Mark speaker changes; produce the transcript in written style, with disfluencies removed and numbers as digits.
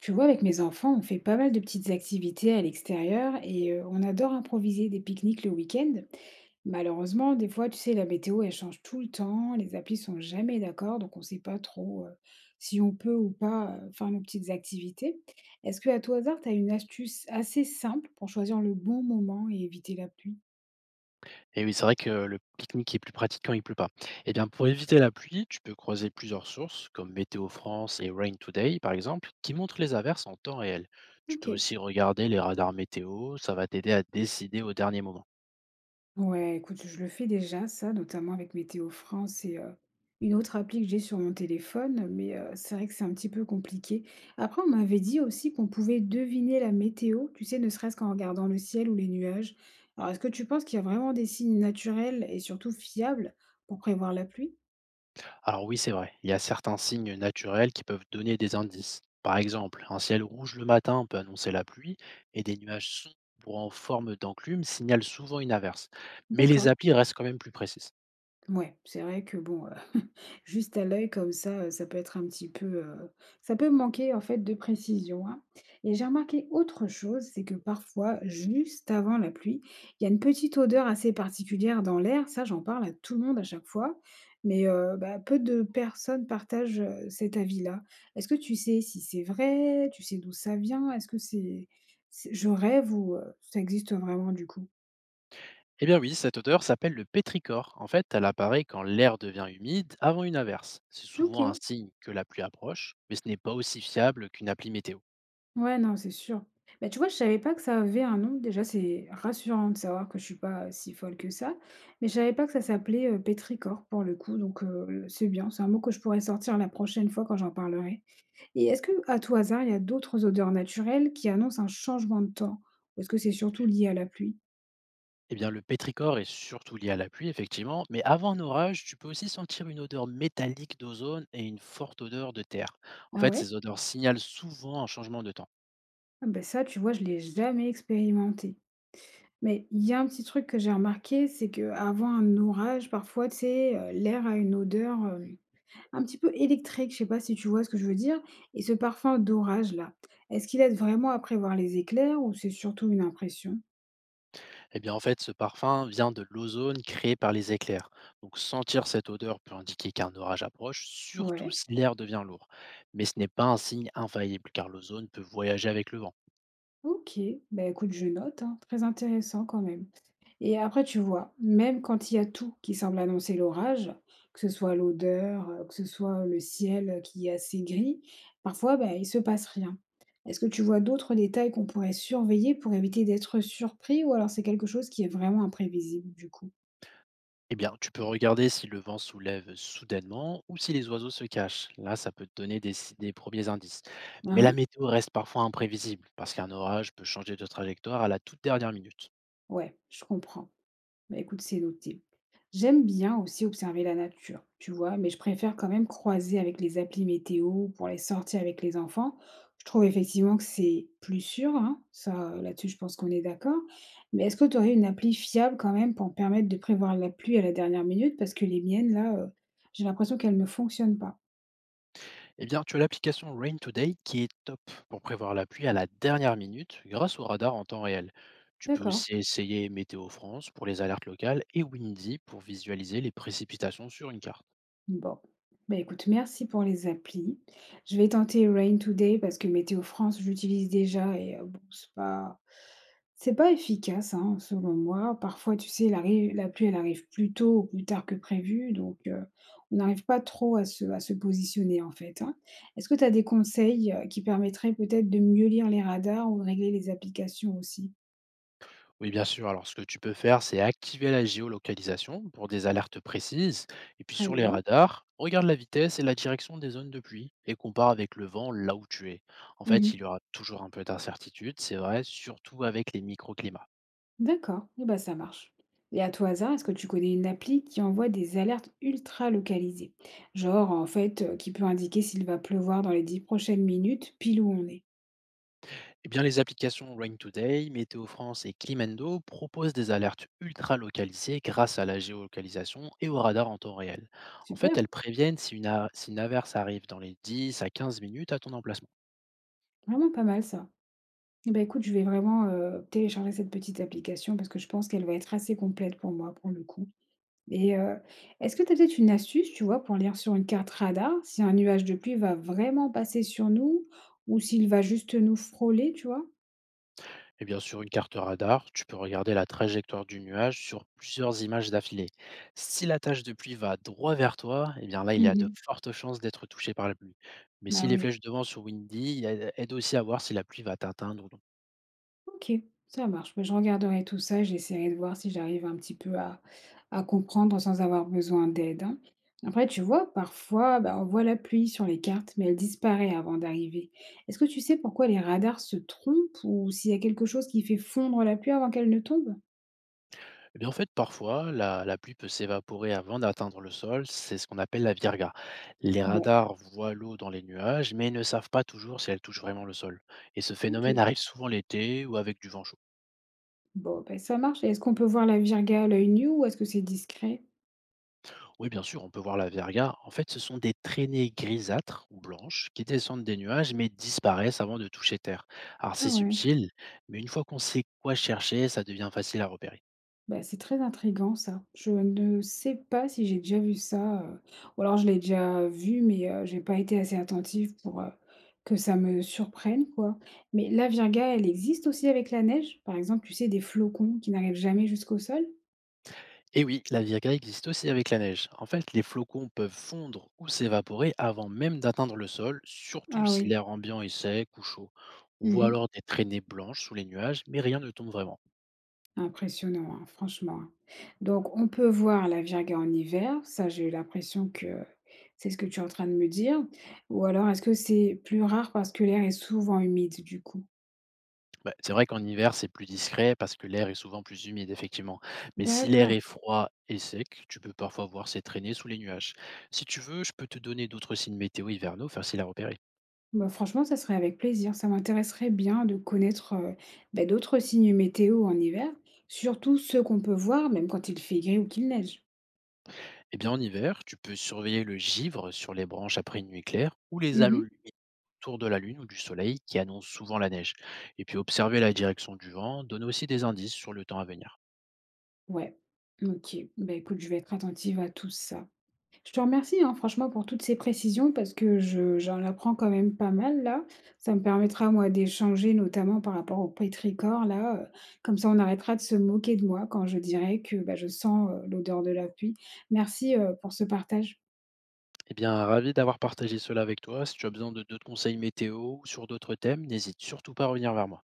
Speaker 1: Tu vois, avec mes enfants, on fait pas mal de petites activités à l'extérieur et on adore improviser des pique-niques le week-end. Malheureusement, des fois, tu sais, la météo, elle change tout le temps, les applis sont jamais d'accord, donc on sait pas trop si on peut ou pas faire nos petites activités. Est-ce que à tout hasard, tu as une astuce assez simple pour choisir le bon moment et éviter la pluie?
Speaker 2: Et oui, c'est vrai que le pique-nique est plus pratique quand il pleut pas. Eh bien, pour éviter la pluie, tu peux croiser plusieurs sources, comme Météo France et Rain Today, par exemple, qui montrent les averses en temps réel. Tu
Speaker 1: Ok.
Speaker 2: peux aussi regarder les radars météo, ça va t'aider à décider au dernier moment.
Speaker 1: Ouais, écoute, je le fais déjà, ça, notamment avec Météo France et une autre appli que j'ai sur mon téléphone, mais c'est vrai que c'est un petit peu compliqué. Après, on m'avait dit aussi qu'on pouvait deviner la météo, tu sais, ne serait-ce qu'en regardant le ciel ou les nuages. Alors, est-ce que tu penses qu'il y a vraiment des signes naturels et surtout fiables pour prévoir la pluie?
Speaker 2: Alors oui, c'est vrai, il y a certains signes naturels qui peuvent donner des indices. Par exemple, un ciel rouge le matin peut annoncer la pluie, et des nuages sombres en forme d'enclume signalent souvent une averse. Mais les
Speaker 1: D'accord.
Speaker 2: applis restent quand même plus précises.
Speaker 1: Ouais, c'est vrai que bon, juste à l'œil comme ça, ça peut être un petit peu, ça peut manquer en fait de précision, hein, et j'ai remarqué autre chose, c'est que parfois, juste avant la pluie, il y a une petite odeur assez particulière dans l'air. Ça, j'en parle à tout le monde à chaque fois, mais bah, peu de personnes partagent, cet avis-là. Est-ce que tu sais si c'est vrai? Tu sais d'où ça vient? Est-ce que c'est je rêve ou ça existe vraiment du coup?
Speaker 2: Eh bien oui, cette odeur s'appelle le pétrichor. En fait, elle apparaît quand l'air devient humide avant une averse. C'est souvent un
Speaker 1: OK.
Speaker 2: signe que la pluie approche, mais ce n'est pas aussi fiable qu'une appli météo.
Speaker 1: Ouais, non, c'est sûr. Bah, tu vois, je savais pas que ça avait un nom. Déjà, c'est rassurant de savoir que je suis pas, si folle que ça. Mais je savais pas que ça s'appelait, pétrichor pour le coup, donc c'est bien. C'est un mot que je pourrais sortir la prochaine fois quand j'en parlerai. Et est-ce que à tout hasard, il y a d'autres odeurs naturelles qui annoncent un changement de temps? Ou est-ce que c'est surtout lié à la pluie?
Speaker 2: Eh bien, le pétrichor est surtout lié à la pluie, effectivement, mais avant un orage, tu peux aussi sentir une odeur métallique d'ozone et une forte odeur de terre. En
Speaker 1: Ah
Speaker 2: fait,
Speaker 1: ouais?
Speaker 2: ces odeurs signalent souvent un changement de temps.
Speaker 1: Ah bah, ça, tu vois, je l'ai jamais expérimenté. Mais il y a un petit truc que j'ai remarqué, c'est que avant un orage, parfois, tu sais, l'air a une odeur, un petit peu électrique, je sais pas si tu vois ce que je veux dire? Et ce parfum d'orage-là, est-ce qu'il aide vraiment à prévoir les éclairs ou c'est surtout une impression?
Speaker 2: Eh bien, en fait, ce parfum vient de l'ozone créé par les éclairs. Donc, sentir cette odeur peut indiquer qu'un orage approche, surtout
Speaker 1: Ouais,
Speaker 2: si l'air devient lourd. Mais ce n'est pas un signe infaillible, car l'ozone peut voyager avec le vent.
Speaker 1: OK. Bah, écoute, je note, hein, très intéressant quand même. Et après, tu vois, même quand il y a tout qui semble annoncer l'orage, que ce soit l'odeur, que ce soit le ciel, qui est assez gris, parfois, bah, il se passe rien. Est-ce que tu vois d'autres détails qu'on pourrait surveiller pour éviter d'être surpris ou alors c'est quelque chose qui est vraiment imprévisible du coup?
Speaker 2: Eh bien, tu peux regarder si le vent soulève soudainement ou si les oiseaux se cachent. Là, ça peut te donner des, si- des premiers indices. Mais la
Speaker 1: Hein?
Speaker 2: météo reste parfois imprévisible, parce qu'un orage peut changer de trajectoire à la toute dernière minute.
Speaker 1: Ouais, je comprends. Bah, écoute, c'est noté. J'aime bien aussi observer la nature, tu vois, mais je préfère quand même croiser avec les applis météo pour les sorties avec les enfants. Je trouve effectivement que c'est plus sûr, hein, ça, là-dessus je pense qu'on est d'accord. Mais est-ce que tu aurais une appli fiable quand même pour me permettre de prévoir la pluie à la dernière minute? Parce que les miennes, là, j'ai l'impression qu'elles ne fonctionnent pas.
Speaker 2: Eh bien, tu as l'application Rain Today qui est top pour prévoir la pluie à la dernière minute grâce au radar en temps réel. Tu peux
Speaker 1: D'accord.
Speaker 2: aussi essayer Météo France pour les alertes locales et Windy pour visualiser les précipitations sur une carte.
Speaker 1: Bon. Bah écoute, merci pour les applis. Je vais tenter Rain Today parce que Météo France, j'utilise déjà et bon, c'est pas. C'est pas efficace, hein, selon moi. Parfois, tu sais, la pluie, elle arrive plus tôt ou plus tard que prévu, donc on n'arrive pas trop à se positionner en fait, hein. Est-ce que tu as des conseils qui permettraient peut-être de mieux lire les radars ou de régler les applications aussi?
Speaker 2: Oui, bien sûr. Alors, ce que tu peux faire, c'est activer la géolocalisation pour des alertes précises. Et puis,
Speaker 1: Très
Speaker 2: sur les
Speaker 1: bien.
Speaker 2: radars, regarde la vitesse et la direction des zones de pluie et compare avec le vent là où tu es. En fait, il y
Speaker 1: Mhm.
Speaker 2: aura toujours un peu d'incertitude, c'est vrai, surtout avec les microclimats.
Speaker 1: D'accord, et ben ça marche. Et à tout hasard, est-ce que tu connais une appli qui envoie des alertes ultra localisées? Genre, en fait, qui peut indiquer s'il va pleuvoir dans les 10 prochaines minutes, pile où on est.
Speaker 2: Eh bien, les applications Rain Today, Météo France et Climendo proposent des alertes ultra localisées grâce à la géolocalisation et au radar en temps réel. En fait,
Speaker 1: Super,
Speaker 2: elles préviennent si une averse arrive dans les 10 à 15 minutes à ton emplacement.
Speaker 1: vraiment pas mal ça. Eh ben, écoute, je vais vraiment, télécharger cette petite application parce que je pense qu'elle va être assez complète pour moi, pour le coup et est-ce que tu as peut-être une astuce, tu vois, pour lire sur une carte radar si un nuage de pluie va vraiment passer sur nous ou s'il va juste nous frôler, tu vois?
Speaker 2: Eh bien, sur une carte radar, tu peux regarder la trajectoire du nuage sur plusieurs images d'affilée. Si la tache de pluie va droit vers toi, eh bien là, il y a de
Speaker 1: Mmh.
Speaker 2: fortes chances d'être touché par la pluie. Mais si
Speaker 1: Bah,
Speaker 2: les
Speaker 1: oui.
Speaker 2: flèches de vent sont windy, elle aide aussi à voir si la pluie va t'atteindre ou non.
Speaker 1: OK, ça marche. Bah, je regarderai tout ça, j'essaierai de voir si j'arrive un petit peu à comprendre sans avoir besoin d'aide, hein. Après, tu vois, parfois, bah, on voit la pluie sur les cartes, mais elle disparaît avant d'arriver. Est-ce que tu sais pourquoi les radars se trompent ou s'il y a quelque chose qui fait fondre la pluie avant qu'elle ne tombe?
Speaker 2: Eh bien, en fait, parfois, la pluie peut s'évaporer avant d'atteindre le sol. C'est ce qu'on appelle la virga. Les
Speaker 1: Ouais,
Speaker 2: radars voient l'eau dans les nuages, mais ne savent pas toujours si elle touche vraiment le sol. Et ce phénomène
Speaker 1: OK.
Speaker 2: arrive souvent l'été ou avec du vent chaud.
Speaker 1: Bon, ben ça marche. Et est-ce qu'on peut voir la virgule à l'œil nu ou est-ce que c'est discret?
Speaker 2: Oui, bien sûr, on peut voir la verga. En fait, ce sont des traînées grisâtres ou blanches qui descendent des nuages mais disparaissent avant de toucher terre. Alors,
Speaker 1: Ah
Speaker 2: c'est
Speaker 1: ouais.
Speaker 2: subtil, mais une fois qu'on sait quoi chercher, ça devient facile à repérer.
Speaker 1: Bah, c'est très intriguant ça. Je ne sais pas si j'ai déjà vu ça, ou alors je l'ai déjà vu, mais j'ai pas été assez attentive pour, que ça me surprenne, quoi. Mais la virga, elle existe aussi avec la neige? Par exemple, tu sais, des flocons qui n'arrivent jamais jusqu'au sol?
Speaker 2: Et oui, la verga existe aussi avec la neige. En fait, les flocons peuvent fondre ou s'évaporer avant même d'atteindre le sol, surtout
Speaker 1: Ah
Speaker 2: si
Speaker 1: oui.
Speaker 2: l'air ambiant est sec ou chaud. On voit
Speaker 1: Mmh.
Speaker 2: alors des traînées blanches sous les nuages, mais rien ne tombe vraiment.
Speaker 1: Impressionnant, hein, franchement, hein. Donc on peut voir la virga en hiver, ça j'ai eu l'impression que c'est ce que tu es en train de me dire. Ou alors est-ce que c'est plus rare parce que l'air est souvent humide, du coup?
Speaker 2: Bah, c'est vrai qu'en hiver, c'est plus discret parce que l'air est souvent plus humide, effectivement. Mais si l'air
Speaker 1: D'accord.
Speaker 2: est froid et sec, tu peux parfois voir ces traînées sous les nuages. Si tu veux, je peux te donner d'autres signes météo hivernaux faciles à repérer.
Speaker 1: Bah, franchement, ça serait avec plaisir. Ça m'intéresserait bien de connaître, bah, d'autres signes météo en hiver, surtout ceux qu'on peut voir même quand il fait gris ou qu'il neige.
Speaker 2: Eh bien, en hiver, tu peux surveiller le givre sur les branches après une nuit claire ou les halos
Speaker 1: Mmh.
Speaker 2: lumineux autour de la lune ou du soleil qui annoncent souvent la neige. Et puis, observer la direction du vent donne aussi des indices sur le temps à venir.
Speaker 1: Ouais, OK. Bah, écoute, je vais être attentive à tout ça. Je te remercie, hein, franchement pour toutes ces précisions parce que je j'en apprends quand même pas mal là. Ça me permettra, moi, d'échanger notamment par rapport au pétrichor là, comme ça on arrêtera de se moquer de moi quand je dirai que, bah, je sens, l'odeur de la pluie. Merci, pour ce partage.
Speaker 2: Eh bien, ravi d'avoir partagé cela avec toi. Si tu as besoin de d'autres conseils météo ou sur d'autres thèmes, n'hésite surtout pas à revenir vers moi.